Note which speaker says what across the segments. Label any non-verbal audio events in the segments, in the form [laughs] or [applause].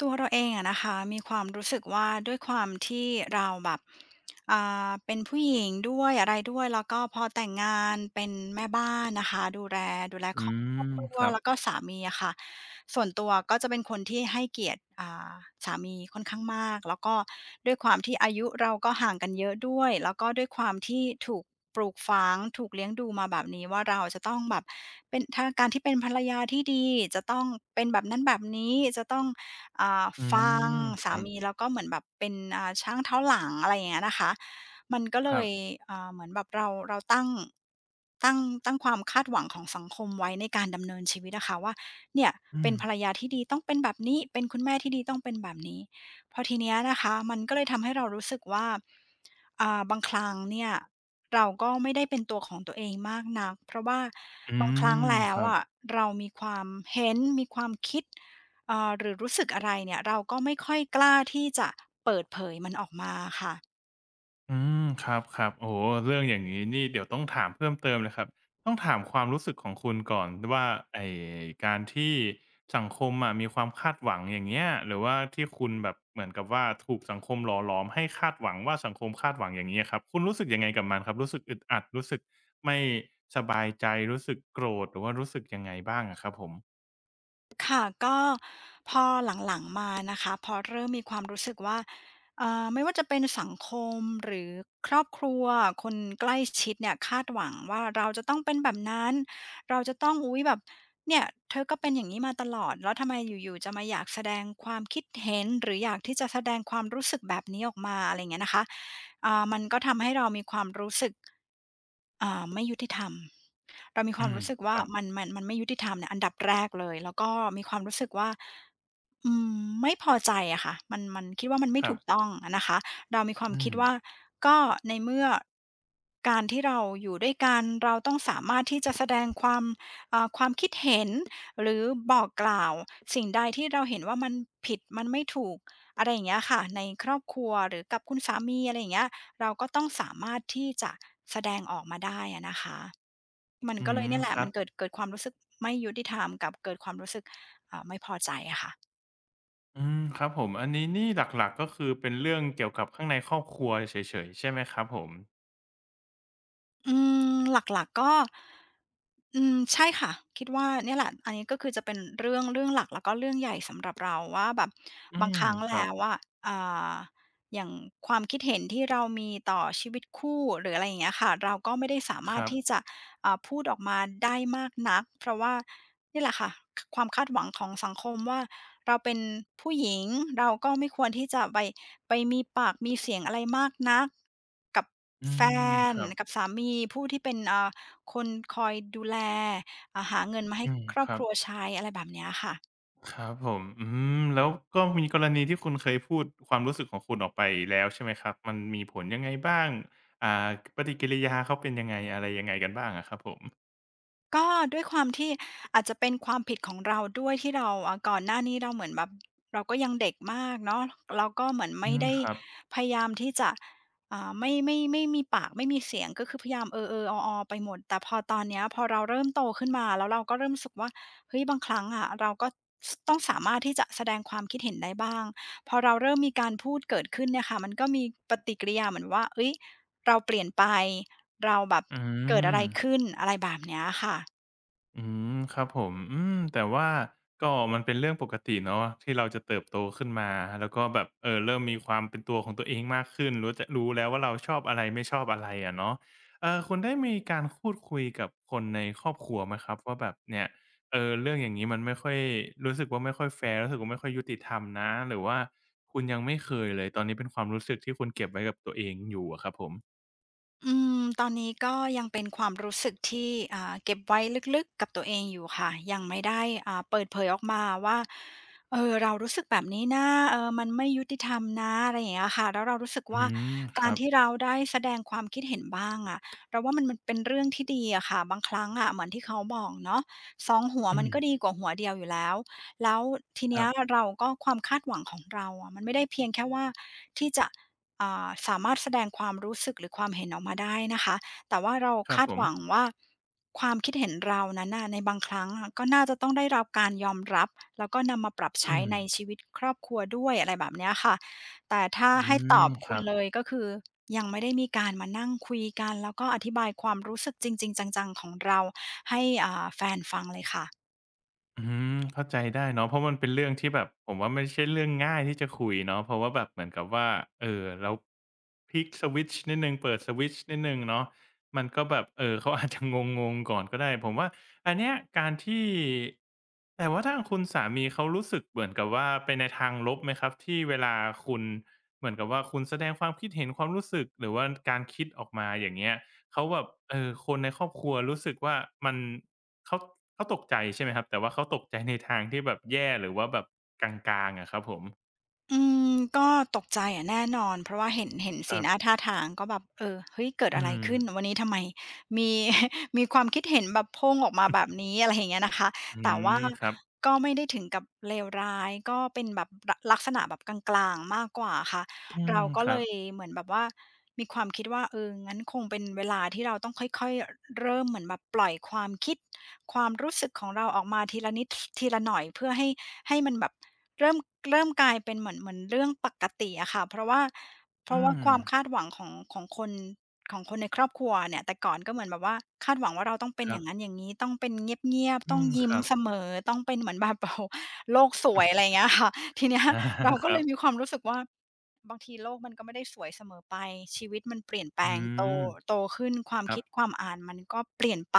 Speaker 1: ตัวเราเองอะนะคะมีความรู้สึกว่าด้วยความที่เราแบบอ่เป็นผู้หญิงด้วยอะไรด้วยแล้วก็พอแต่งงานเป็นแม่บ้านนะคะดูแลค
Speaker 2: อื
Speaker 1: รอบ
Speaker 2: ม
Speaker 1: ครั
Speaker 2: ค
Speaker 1: ว
Speaker 2: รับ
Speaker 1: แล้วก็สามีอะค่ะส่วนตัวก็จะเป็นคนที่ให้เกียรติสามีค่อนข้างมากแล้วก็ด้วยความที่อายุเราก็ห่างกันเยอะด้วยแล้วก็ด้วยความที่ถูกปลูกฝังถูกเลี้ยงดูมาแบบนี้ว่าเราจะต้องแบบเป็นถ้าการที่เป็นภรรยาที่ดีจะต้องเป็นแบบนั้นแบบนี้จะต้อง อ่า
Speaker 2: อื
Speaker 1: ฟัง
Speaker 2: มค
Speaker 1: สา
Speaker 2: รับ
Speaker 1: มีแล้วก็เหมือนแบบเป็นช่างเท้าหลังอะไรอย่างเงี้ยนะคะมันก็เล
Speaker 2: ครับ
Speaker 1: ยเหมือนแบบเราตั้งตั้งความคาดหวังของสังคมไว้ในการดำเนินชีวิตอะค่ะว่าเนี่ย
Speaker 2: อื
Speaker 1: เป็น
Speaker 2: ม
Speaker 1: ภรรยาที่ดีต้องเป็นแบบนี้เป็นคุณแม่ที่ดีต้องเป็นแบบนี้พอทีเนี้ยนะคะมันก็เลยทำให้เรารู้สึกว่าบางครั้งเนี่ยเราก็ไม่ได้เป็นตัวของตัวเองมากนักเพราะว่า
Speaker 2: อื
Speaker 1: บางครั้ง
Speaker 2: ม
Speaker 1: แล้
Speaker 2: ค
Speaker 1: ว
Speaker 2: รับ
Speaker 1: อะเรามีความเห็นมีความคิด หรือรู้สึกอะไรเนี่ยเราก็ไม่ค่อยกล้าที่จะเปิดเผยมันออกมาค่ะ
Speaker 2: อืมครับๆโอ้โฮเรื่องอย่างงี้นี่เดี๋ยวต้องถามเพิ่มเติมเลยครับต้องถามความรู้สึกของคุณก่อนว่าไอ้การที่สังคมอะมีความคาดหวังอย่างเงี้ยหรือว่าที่คุณแบบเหมือนกับว่าถูกสังคมหล่อหลอมให้คาดหวังว่าสังคมคาดหวังอย่างงี้อะครับคุณรู้สึกยังไงกับมันครับรู้สึกอึดอัดรู้สึกไม่สบายใจรู้สึกโกรธหรือว่ารู้สึกยังไงบ้างอะครับผม
Speaker 1: ค่ะก็พอหลังๆมานะคะพอเริ่มมีความรู้สึกว่าไม่ว่าจะเป็นสังคมหรือครอบครัวคนใกล้ชิดเนี่ยคาดหวังว่าเราจะต้องเป็นแบบนั้นเราจะต้องอุ้ยแบบเนี่ยเธอก็เป็นอย่างนี้มาตลอดแล้วทำไมอยู่ๆจะมาอยากแสดงความคิดเห็นหรืออยากที่จะแสดงความรู้สึกแบบนี้ออกมาอะไรเงี้ยนะคะมันก็ทำให้เรามีความรู้สึก ไม่ยุติธรรมเรามีควา
Speaker 2: อื
Speaker 1: ม
Speaker 2: ม
Speaker 1: รู้สึก
Speaker 2: ค
Speaker 1: ว่า
Speaker 2: ร
Speaker 1: มันไม่ยุติธรรมเนี่ยอันดับแรกเลยแล้วก็มีความรู้สึกว่าอืไม่พอใจอะค่ะมันคิดว่ามันไม่
Speaker 2: ั
Speaker 1: ถู
Speaker 2: บ
Speaker 1: ก
Speaker 2: ๆ
Speaker 1: ต้องอะนะคะเรามีความ
Speaker 2: อื
Speaker 1: คิด
Speaker 2: ม
Speaker 1: ว่าก็ในเมื่อการที่เราอยู่ด้วยกันเราต้องสามารถที่จะแสดงความความคิดเห็นหรือบอกกล่าวสิ่งใดที่เราเห็นว่ามันผิดมันไม่ถูกอะไรอย่างเงี้ยค่ะในครอบครัวหรือกับคุณสามีอะไรอย่างเงี้ย เราก็ต้องสามารถที่จะแสดงออกมาได้อะนะคะ มัน
Speaker 2: อื
Speaker 1: ก็เลย
Speaker 2: ม
Speaker 1: เนี่ยแห
Speaker 2: ค
Speaker 1: ละ
Speaker 2: รั
Speaker 1: มั
Speaker 2: บ
Speaker 1: นเกิดความรู้สึกไม่ยุติธรรมกับเกิดความรู้สึกไม่พอใจอะค่ะ
Speaker 2: อืมครับผมอันนี้นี่หลักๆก็คือเป็นเรื่องเกี่ยวกับข้างในครอบครัวเฉยๆใช่ไหมครับผม
Speaker 1: อืมหลักๆก็อืมใช่ค่ะคิดว่าเนี่ยแหละอันนี้ก็คือจะเป็นเรื่องหลักแล้วก็เรื่องใหญ่สำหรับเราว่าแบบ
Speaker 2: อื
Speaker 1: บาง
Speaker 2: ม
Speaker 1: ครั้ง
Speaker 2: ครับ
Speaker 1: แล้วอะอ่าอย่างความคิดเห็นที่เรามีต่อชีวิตคู่หรืออะไรอย่างเงี้ยค่ะเราก็ไม่ได้สา
Speaker 2: ค
Speaker 1: มารถ
Speaker 2: รับ
Speaker 1: ที่จะพูดออกมาได้มากนักเพราะว่าเนี่ยแหละค่ะคความคาดหวังของสังคมว่าเราเป็นผู้หญิงเราก็ไม่ควรที่จะไป ไปมีปากมีเสียงอะไรมากนักกับ
Speaker 2: อื
Speaker 1: แฟ
Speaker 2: มค
Speaker 1: น
Speaker 2: รับ
Speaker 1: กับสามีผู้ที่เป็นคนคอยดูแลหาเงินมาให้
Speaker 2: อืม
Speaker 1: ครอ
Speaker 2: ค
Speaker 1: บ
Speaker 2: รั
Speaker 1: ค
Speaker 2: บ
Speaker 1: รัวใช้อะไรแบบเนี้ยค่ะ
Speaker 2: ครับผมอืมแล้วก็มีกรณีที่คุณเคยพูดความรู้สึกของคุณออกไปแล้วใช่ไหมครับมันมีผลยังไงบ้างอ่าปฏิกิริยาเขาเป็นยังไงอะไรยังไงกันบ้างอะครับผม
Speaker 1: ก็ด้วยความที่อาจจะเป็นความผิดของเราด้วยที่เราอ่ะก่อนหน้านี้เราเหมือนแบบเราก็ยังเด็กมากเนาะเราก็เหมือน
Speaker 2: อื
Speaker 1: ไม่
Speaker 2: ม
Speaker 1: ได้
Speaker 2: ครับ
Speaker 1: พยายามที่จะไม่มีปากไม่มีเสียงก็คือพยายามเออเออออออไปหมดแต่พอตอนเนี้ยพอเราเริ่มโตขึ้นมาแล้วเราก็เริ่มรู้สึกว่าเฮ้ยบางครั้งอะเราก็ต้องสามารถที่จะแสดงความคิดเห็นได้บ้างพอเราเริ่มมีการพูดเกิดขึ้นเนี่ยค่ะมันก็มีปฏิกิริยาเหมือนว่าเฮ้ยเราเปลี่ยนไป เราแบบ
Speaker 2: อื
Speaker 1: เกิดอะไร
Speaker 2: ม
Speaker 1: ขึ้นอะไรแบบเนี้ยค่ะ
Speaker 2: อืมครับผมอืมแต่ว่าก็มันเป็นเรื่องปกติเนาะที่เราจะเติบโตขึ้นมาแล้วก็แบบเออเริ่มมีความเป็นตัวของตัวเองมากขึ้นรู้จะรู้แล้วว่าเราชอบอะไรไม่ชอบอะไรอะเนาะคุณได้มีการพูดคุยกับคนในครอบครัวไหมครับว่าแบบเนี่ยเออเรื่องอย่างงี้มันไม่ค่อยรู้สึกว่าไม่ค่อยแฟร์รู้สึกว่าไม่ค่อยยุติธรรมนะหรือว่าคุณยังไม่เคยเลยตอนนี้เป็นความรู้สึกที่คุณเก็บไว้กับตัวเองอยู่อะครับผม
Speaker 1: อืมตอนนี้ก็ยังเป็นความรู้สึกที่เก็บไว้ลึกๆกับตัวเองอยู่ค่ะยังไม่ได้เปิดเผยออกมาว่าเออเรารู้สึกแบบนี้นะเออมันไม่ยุติธรรมนะอะไรอย่างเงี้ยค่ะแล้วเรารู้สึก
Speaker 2: อื
Speaker 1: ว่า
Speaker 2: มค
Speaker 1: การ
Speaker 2: รับ
Speaker 1: ที่เราได้แสดงความคิดเห็นบ้างอะเราว่ามันมันเป็นเรื่องที่ดีอะค่ะบางครั้งอะเหมือนที่เขาบอกเนาะสองหัว
Speaker 2: อื
Speaker 1: มัน
Speaker 2: ม
Speaker 1: ก็ดีกว่าหัวเดียวอยู่แล้วแล้วที
Speaker 2: ค
Speaker 1: เนี้
Speaker 2: รั
Speaker 1: ย
Speaker 2: บ
Speaker 1: เราก็ความคาดหวังของเราอะมันไม่ได้เพียงแค่ว่าที่จะ สามารถแสดงความรู้สึกหรือความเห็นออกมาได้นะคะแต่ว่าเรา
Speaker 2: ครับ
Speaker 1: คาด
Speaker 2: ผ
Speaker 1: ห
Speaker 2: ม
Speaker 1: วังว่าความคิดเห็นเรานั้นน่ะในบางครั้งอะก็น่าจะต้องได้รับการยอมรับแล้วก็นำมาปรับ
Speaker 2: อื
Speaker 1: ใช้
Speaker 2: ม
Speaker 1: ในชีวิตครอบครัวด้วยอะไรแบบเนี้ยค่ะแต่ถ้า
Speaker 2: อื
Speaker 1: ให้ตอ
Speaker 2: ม
Speaker 1: บ
Speaker 2: ค
Speaker 1: คุณ
Speaker 2: รับ
Speaker 1: เลยก็คือยังไม่ได้มีการมานั่งคุยกันแล้วก็อธิบายความรู้สึกจริงๆจังๆของเราให้แฟนฟังเลยค่ะ
Speaker 2: อืมเข้าใจได้เนาะเพราะมันเป็นเรื่องที่แบบผมว่าไม่ใช่เรื่องง่ายที่จะคุยเนาะเพราะว่าแบบเหมือนกับว่าเออเราพลิกสวิตช์นิดหนึ่งเปิดสวิตช์นิดหนึ่งเนาะมันก็แบบเออเขาอาจจะงงๆก่อนก็ได้ผมว่าอันเนี้ยการที่แต่ว่าทางคุณสามีเขารู้สึกเหมือนกับว่าไปในทางลบไหมครับที่เวลาคุณเหมือนกับว่าคุณแสดงความคิดเห็นความรู้สึกหรือว่าการคิดออกมาอย่างเงี้ยเขาแบบเออคนในครอบครัวรู้สึกว่ามัน เขาเขาตกใจใช่ไหมครับแต่ว่าเขาตกใจ [laughs] ในทางที่แบบแย่หรือว่าแบบกลางๆอะครับผม
Speaker 1: อืมก็ตกใจอะแน่นอนเพราะว่าเห็น
Speaker 2: ค
Speaker 1: สี
Speaker 2: รับ
Speaker 1: หน้าท่าทางก็แบบเออเฮ้ยเกิดอะ
Speaker 2: อื
Speaker 1: ไร
Speaker 2: ม
Speaker 1: ขึ้นวันนี้ทำไมมี [laughs] มีความคิดเห็นแบบโพ่งออกมาแบบนี้อะไรอย่างเงี้ยนะคะ
Speaker 2: อื
Speaker 1: แต่
Speaker 2: ม
Speaker 1: ว่า
Speaker 2: ครับ
Speaker 1: ก็ไม่ได้ถึงกับเลวร้ายก็เป็นแบบละลักษณะแบบกลางๆมากกว่าค่ะ
Speaker 2: อืม
Speaker 1: เราก็
Speaker 2: ค
Speaker 1: เล
Speaker 2: รับ
Speaker 1: ยเหมือนแบบว่ามีความคิดว่าเอองั้นคงเป็นเวลาที่เราต้องค่อยๆเริ่มเหมือนแบบปล่อยความคิดความรู้สึกของเราออกมาทีละนิดทีละหน่อยเพื่อให้ให้มันแบบ เริ่มเริ่มกลายเป็นเหมือนเรื่องปกติอะค่ะเพราะว่าเพราะ
Speaker 2: อื
Speaker 1: ว่า
Speaker 2: ม
Speaker 1: ความคาดหวังของคนของคนในครอบครัวเนี่ยแต่ก่อนก็เหมือนแบบว่าคาดหวังว่าเราต้องเป็น
Speaker 2: ค
Speaker 1: อ
Speaker 2: รับ
Speaker 1: ย่างนั้นอย่างงี้ต้องเป็นเงียบๆ
Speaker 2: อื
Speaker 1: ต้อง
Speaker 2: มค
Speaker 1: ยิ้ม
Speaker 2: รับ
Speaker 1: เสมอต้องเป็นเหมือนแบบ [laughs] โอ้โฮโลกสวยอะไรอย่างเงี้ยค่ะทีเนี้ย
Speaker 2: [laughs] อา
Speaker 1: เราก็
Speaker 2: ค
Speaker 1: เล
Speaker 2: รั
Speaker 1: ยมี
Speaker 2: บ
Speaker 1: ความรู้สึกว่า บางทีโลกมันก็ไม่ได้สวยเสมอไปชีวิตมันเปลี่ยนแปล
Speaker 2: อื
Speaker 1: งโต
Speaker 2: ม
Speaker 1: โตขึ้นความ
Speaker 2: ครั
Speaker 1: คิดค
Speaker 2: บ
Speaker 1: วามอ่านมันก็เปลี่ยนไป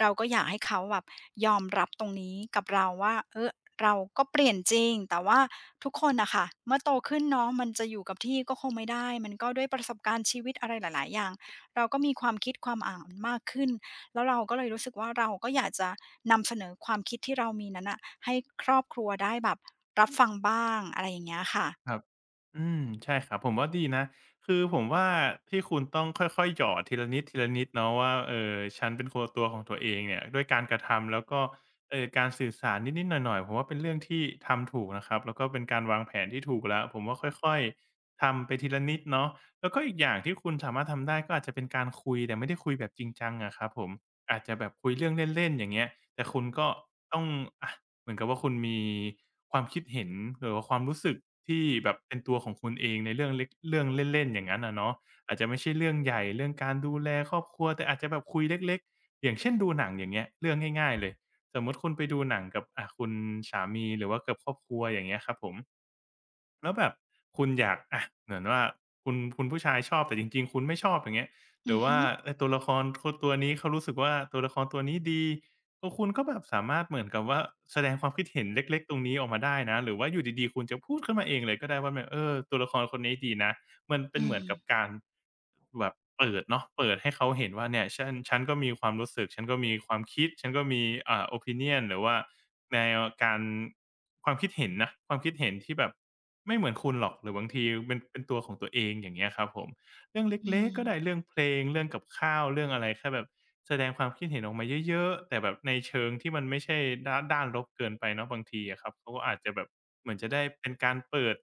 Speaker 1: เราก็อยากให้เขาแบบยอมรับตรงนี้กับเราว่าเออเราก็เปลี่ยนจริงแต่ว่าทุกคนน่ะค่ะเมื่อโตขึ้นเนาะมันจะอยู่กับที่ก็คงไม่ได้มันก็ด้วยประสบการณ์ชีวิตอะไรหลายๆอย่างเราก็มีความคิดความอ่านมากขึ้นแล้วเราก็เลยรู้สึกว่าเราก็อยากจะนำเสนอความคิดที่เรามีนั้นน่ะให้ครอบครัวได้แบบรับฟังบ้างอะไรอย่างเงี้ยค่ะ
Speaker 2: ครับอืมใช่ครับ ผมว่าดีนะ คือผมว่าที่คุณต้องค่อยๆ หยอดทีละนิดทีละนิดเนาะว่าฉันเป็นคนตัวของตัวเองเนี่ยด้วยการกระทำแล้วก็การสื่อสารนิดๆหน่อยๆผมว่าเป็นเรื่องที่ทำถูกนะครับแล้วก็เป็นการวางแผนที่ถูกแล้วผมว่าค่อยๆทำไปทีละนิดเนาะแล้วก็อีกอย่างที่คุณสามารถทำได้ก็อาจจะเป็นการคุยแต่ไม่ได้คุยแบบจริงจังอะครับผมอาจจะแบบคุยเรื่องเล่นๆอย่างเงี้ยแต่คุณก็ต้องอะ เหมือนกับว่าคุณมีความคิดเห็นหรือว่าความรู้สึกที่แบบเป็นตัวของคุณเองในเรื่องเล็กเรื่องเล่นๆอย่างนั้นอะเนาะอาจจะไม่ใช่เรื่องใหญ่เรื่องการดูแลครอบครัวแต่อาจจะแบบคุยเล็กๆอย่างเช่นดูหนังอย่างเงี้ยเรื่องง่ายๆเลยสมมุติคุณไปดูหนังกับคุณสามีหรือว่ากับครอบครัวอย่างเงี้ยครับผมแล้วแบบคุณอยากอะเหมือนว่าคุณผู้ชายชอบแต่จริงๆคุณไม่ชอบอย่างเงี้ยห
Speaker 1: อื
Speaker 2: รื
Speaker 1: อ
Speaker 2: อ
Speaker 1: ฮึ
Speaker 2: ว่าเออตัวละครคตัวนี้เขารู้สึกว่าตัวละครตัวนี้ดี ตัวคุณก็แบบสามารถเหมือนกับว่าแสดงความคิดเห็นเล็กๆตรงนี้ออกมาได้นะหรือว่าอยู่ดีๆคุณจะพูดขึ้นมาเองเลยก็ได้ว่าแบบเออตัวละครคนนี้ดีนะมันเป็
Speaker 1: อื
Speaker 2: นเหมือนกับ
Speaker 1: ม
Speaker 2: การแบบเปิดเนาะเปิดให้เขาเห็นว่าเนี่ยฉันก็มีความรู้สึกฉันก็มีความคิดฉันก็มีopinion หรือว่าแนวการความคิดเห็นนะความคิดเห็นที่แบบไม่เหมือนคุณหรอกหรือบางทีเป็นตัวของตัวเองอย่างเงี้ยครับผมเรื่อง
Speaker 1: อื
Speaker 2: เล็กๆก็
Speaker 1: ม
Speaker 2: ได้เรื่องเพลงเรื่องกับข้าวเรื่องอะไรแค่แบบ แสดงความคิดเห็นออกมาเยอะๆ แต่แบบในเชิงที่มันไม่ใช่ด้านลบเกินไปเนาะบางทีอะครับเขาก็อาจจะแบบเหมือนจะได้เป็นการเปิด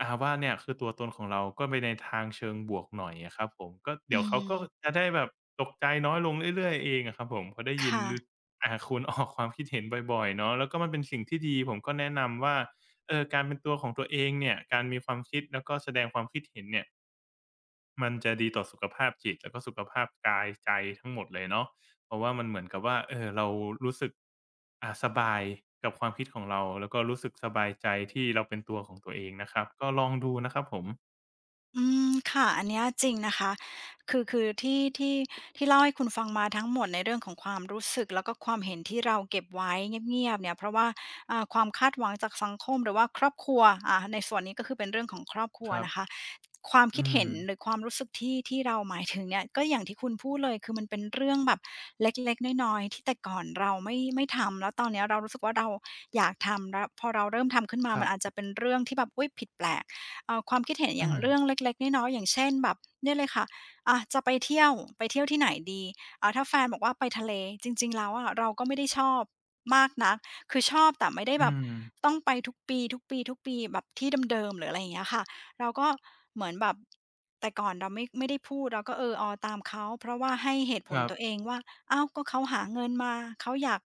Speaker 2: ว่าเนี่ยคือตัวตนของเราก็ไปในทางเชิงบวกหน่อยอะครับผมก็
Speaker 1: อื
Speaker 2: เดี๋ยวเขาก็
Speaker 1: ม
Speaker 2: จะได้แบบตกใจน้อยลงเรื่อยๆเองอะครับผมพอได้ยิน
Speaker 1: ค่ะ
Speaker 2: ลอ่าคุณออกความคิดเห็นบ่อยๆเนาะแล้วก็มันเป็นสิ่งที่ดีผมก็แนะนำว่าเออการเป็นตัวของตัวเองเนี่ยการมีความคิดแล้วก็แสดงความคิดเห็นเนี่ย มันจะดีต่อสุขภาพจิตแล้วก็สุขภาพกายใจทั้งหมดเลยเนาะเพราะว่ามันเหมือนกับว่าเออเรารู้สึกสบายกับความคิดของเราแล้วก็รู้สึกสบายใจที่เราเป็นตัวของตัวเองนะครับก็ลองดูนะครับผม
Speaker 1: อืมค่ะอันเนี้ยจริงนะคะคือคือที่ที่เล่าให้คุณฟังมาทั้งหมดในเรื่องของความรู้สึกแล้วก็ความเห็นที่เราเก็บไว้เงียบๆเนี่ยเพราะว่าความคาดหวังจากสังคมหรือว่าครอบครัวในส่วนนี้ก็คือเป็นเรื่องของครอบครัว
Speaker 2: ครั
Speaker 1: นะคะ
Speaker 2: บ
Speaker 1: ความ
Speaker 2: อื
Speaker 1: คิดเห็นหรือ
Speaker 2: ม
Speaker 1: ความรู้สึกที่เราหมายถึงเนี่ยก็อย่างที่คุณพูดเลยคือมันเป็นเรื่องแบบเล็กๆน้อยๆที่แต่ก่อนเราไม่ทำแล้วตอนเนี้ยเรารู้สึกว่าเราอยากทำแล้วพอเราเริ่มทำขึ้นมา
Speaker 2: ครั
Speaker 1: มัน
Speaker 2: บ
Speaker 1: อาจจะเป็นเรื่องที่แบบอุ๊ยผิดแปลก ความคิดเห็นอ
Speaker 2: อื
Speaker 1: ย่าง
Speaker 2: ม
Speaker 1: เรื่องเล็กๆน้อยๆอย่างเช่นแบบเนี่ยเลยค่ะอะจะไปเที่ยวไปเที่ยวที่ไหนดีถ้าแฟนบอกว่าไปทะเลจริงๆแล้วอะเราก็ไม่ได้ชอบมากนักคือชอบแต่ไม่ได้แบ
Speaker 2: อื
Speaker 1: บ
Speaker 2: ม
Speaker 1: ต้องไปทุกปีทุกปีทุกปีแบบที่เดิมๆหรืออะไรอย่างเงี้ยค่ะเราก็เหมือนแบบแต่ก่อนเราไม่ได้พูดเราก็เออออตามเขาเพราะว่าให้เหตุผ
Speaker 2: ค
Speaker 1: ล
Speaker 2: รับ
Speaker 1: ตัวเองว่าอ้าวก็เขาหาเงินมาเขาอยาก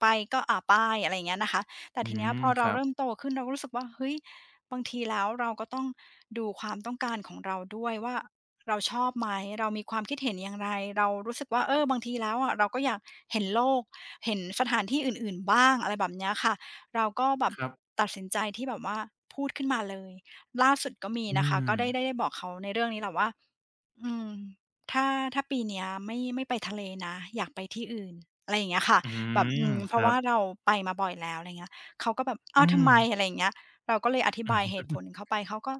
Speaker 1: ไปก็ไปอะไรอย่างเงี้ยนะคะ แต่
Speaker 2: อื
Speaker 1: ทีเนี้ย
Speaker 2: ม
Speaker 1: พอ
Speaker 2: ค
Speaker 1: เรา
Speaker 2: รับ
Speaker 1: เริ่มโตขึ้นเราก็รู้สึกว่าเฮ้ยบางทีแล้วเราก็ต้องดูความต้องการของเราด้วยว่าเราชอบไหมเรามีความคิดเห็นอย่างไรเรารู้สึกว่าเออบางทีแล้วอะเราก็อยากเห็นโลกเห็นสถานที่อื่นๆบ้างอะไรแบบเนี้ยค่ะเราก็แบบ
Speaker 2: ครับ
Speaker 1: ตัดสินใจที่แบบว่าพูดขึ้นมาเลยล่าสุดก็มี
Speaker 2: อื
Speaker 1: นะคะก็
Speaker 2: ม
Speaker 1: ได้บอกเขาในเรื่องนี้แหละว่าอืมถ้าถ้าปีเนี้ยไม่ไปทะเลนะอยากไปที่อื่นอะไรอย่างเงี้ยค่ะ
Speaker 2: อื
Speaker 1: แบบ
Speaker 2: ม
Speaker 1: อืมเพ
Speaker 2: ค
Speaker 1: ราะ
Speaker 2: รั
Speaker 1: ว่า
Speaker 2: บ
Speaker 1: เราไปมาบ่อยแล้วอะไรเงี้ย เขาก็แบบอ้า
Speaker 2: อื
Speaker 1: วทำ
Speaker 2: ม
Speaker 1: ไมอะไรอย่างเงี้ยเราก็เลยอธิบายเหตุผล
Speaker 2: [laughs]
Speaker 1: เข้าไปเขาก็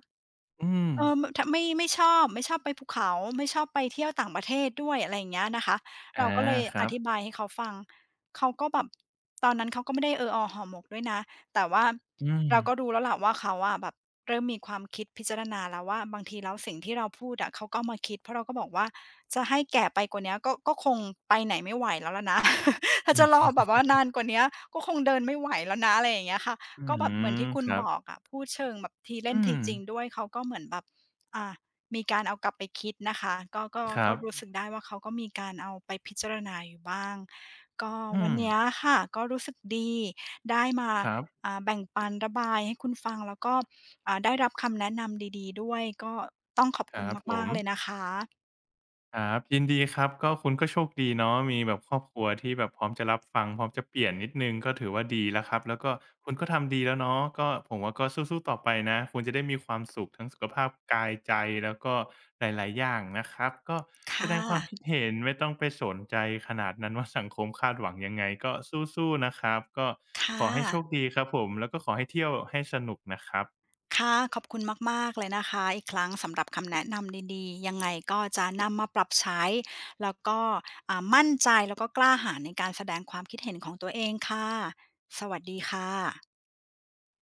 Speaker 2: อืม
Speaker 1: เออมทไม่ชอบไม่ชอบไปภูเขาไม่ชอบไปเที่ยวต่างประเทศด้วยอะไรอย่างเงี้ยนะคะ
Speaker 2: อา
Speaker 1: เราก็เลย
Speaker 2: ค
Speaker 1: อ
Speaker 2: รับ
Speaker 1: ธิบายให้เขาฟังเขาก็แบบตอนนั้นเขาก็ไม่ได้เออออห่อหมกด้วยนะแต่ว่า
Speaker 2: อืม
Speaker 1: เราก็รู้แล้วล่ะว่าเขาอะแบบเริ่มมีความคิดพิจารณาแล้วว่าบางทีแล้วสิ่งที่เราพูดอะเขาก็เอามาคิดเพราะเราก็บอกว่าจะให้แก่ไปกว่าเนี้ยก็ก็คงไปไหนไม่ไหวแล้วล่ะนะ [laughs] ถ้า
Speaker 2: อื
Speaker 1: จะรอ
Speaker 2: อ
Speaker 1: แบบว่านานกว่าเนี้ยก็คงเดินไม่ไหวแล้วนะอะไรอย่างเงี้ยค่ะ
Speaker 2: อื
Speaker 1: ก็แบบเหมือน
Speaker 2: ม
Speaker 1: ที่คุ
Speaker 2: ค
Speaker 1: ณ
Speaker 2: รั
Speaker 1: บ
Speaker 2: บ
Speaker 1: อกอะพูดเชิงแบบทีเล่น
Speaker 2: อื
Speaker 1: ที
Speaker 2: ม
Speaker 1: จริงด้วยเขาก็เหมือนแบบ อ่ามีการเอากลับไปคิดนะคะก็ก็
Speaker 2: ครั
Speaker 1: ก็รู้
Speaker 2: บ
Speaker 1: สึกได้ว่าเขาก็มีการเอาไปพิจารณาอยู่บ้างก็
Speaker 2: อื
Speaker 1: วัน
Speaker 2: ม
Speaker 1: เนี้ยค่ะก็รู้สึกดีได้มา
Speaker 2: ครับ
Speaker 1: แบ่งปันระบายให้คุณฟังแล้วก็ได้รับคำแนะนำดีๆด้วยก็ต้องขอบ
Speaker 2: ค
Speaker 1: คุณ
Speaker 2: รับผ
Speaker 1: มาก
Speaker 2: ม
Speaker 1: ๆเลยนะคะ
Speaker 2: ครับยินดีครับก็คุณก็โชคดีเนาะมีแบบครอบครัวที่แบบพร้อมจะรับฟังพร้อมจะเปลี่ยนนิดหนึ่งก็ถือว่าดีแล้วครับแล้วก็คุณก็ทำดีแล้วเนาะก็ผมว่าก็สู้ๆต่อไปนะคุณจะได้มีความสุขทั้งสุขภาพกายใจแล้วก็หลายๆอย่างนะครับก็แส
Speaker 1: ค่
Speaker 2: ดงความคิด
Speaker 1: ะ
Speaker 2: เห็นไม่ต้องไปสนใจขนาดนั้นว่าสังคมคาดหวังยังไงก็สู้ๆนะครับก็ข
Speaker 1: ค่ะ
Speaker 2: อให้โชคดีครับผมแล้วก็ขอให้เที่ยวให้สนุกนะครับ
Speaker 1: ค่ะขอบคุณมากๆเลยนะคะอีกครั้งสำหรับคำแนะนำดีๆยังไงก็จะนำมาปรับใช้แล้วก็มั่นใจแล้วก็กล้าหาญในการแสดงความคิดเห็นของตัวเองค่ะสวัสดีค่ะ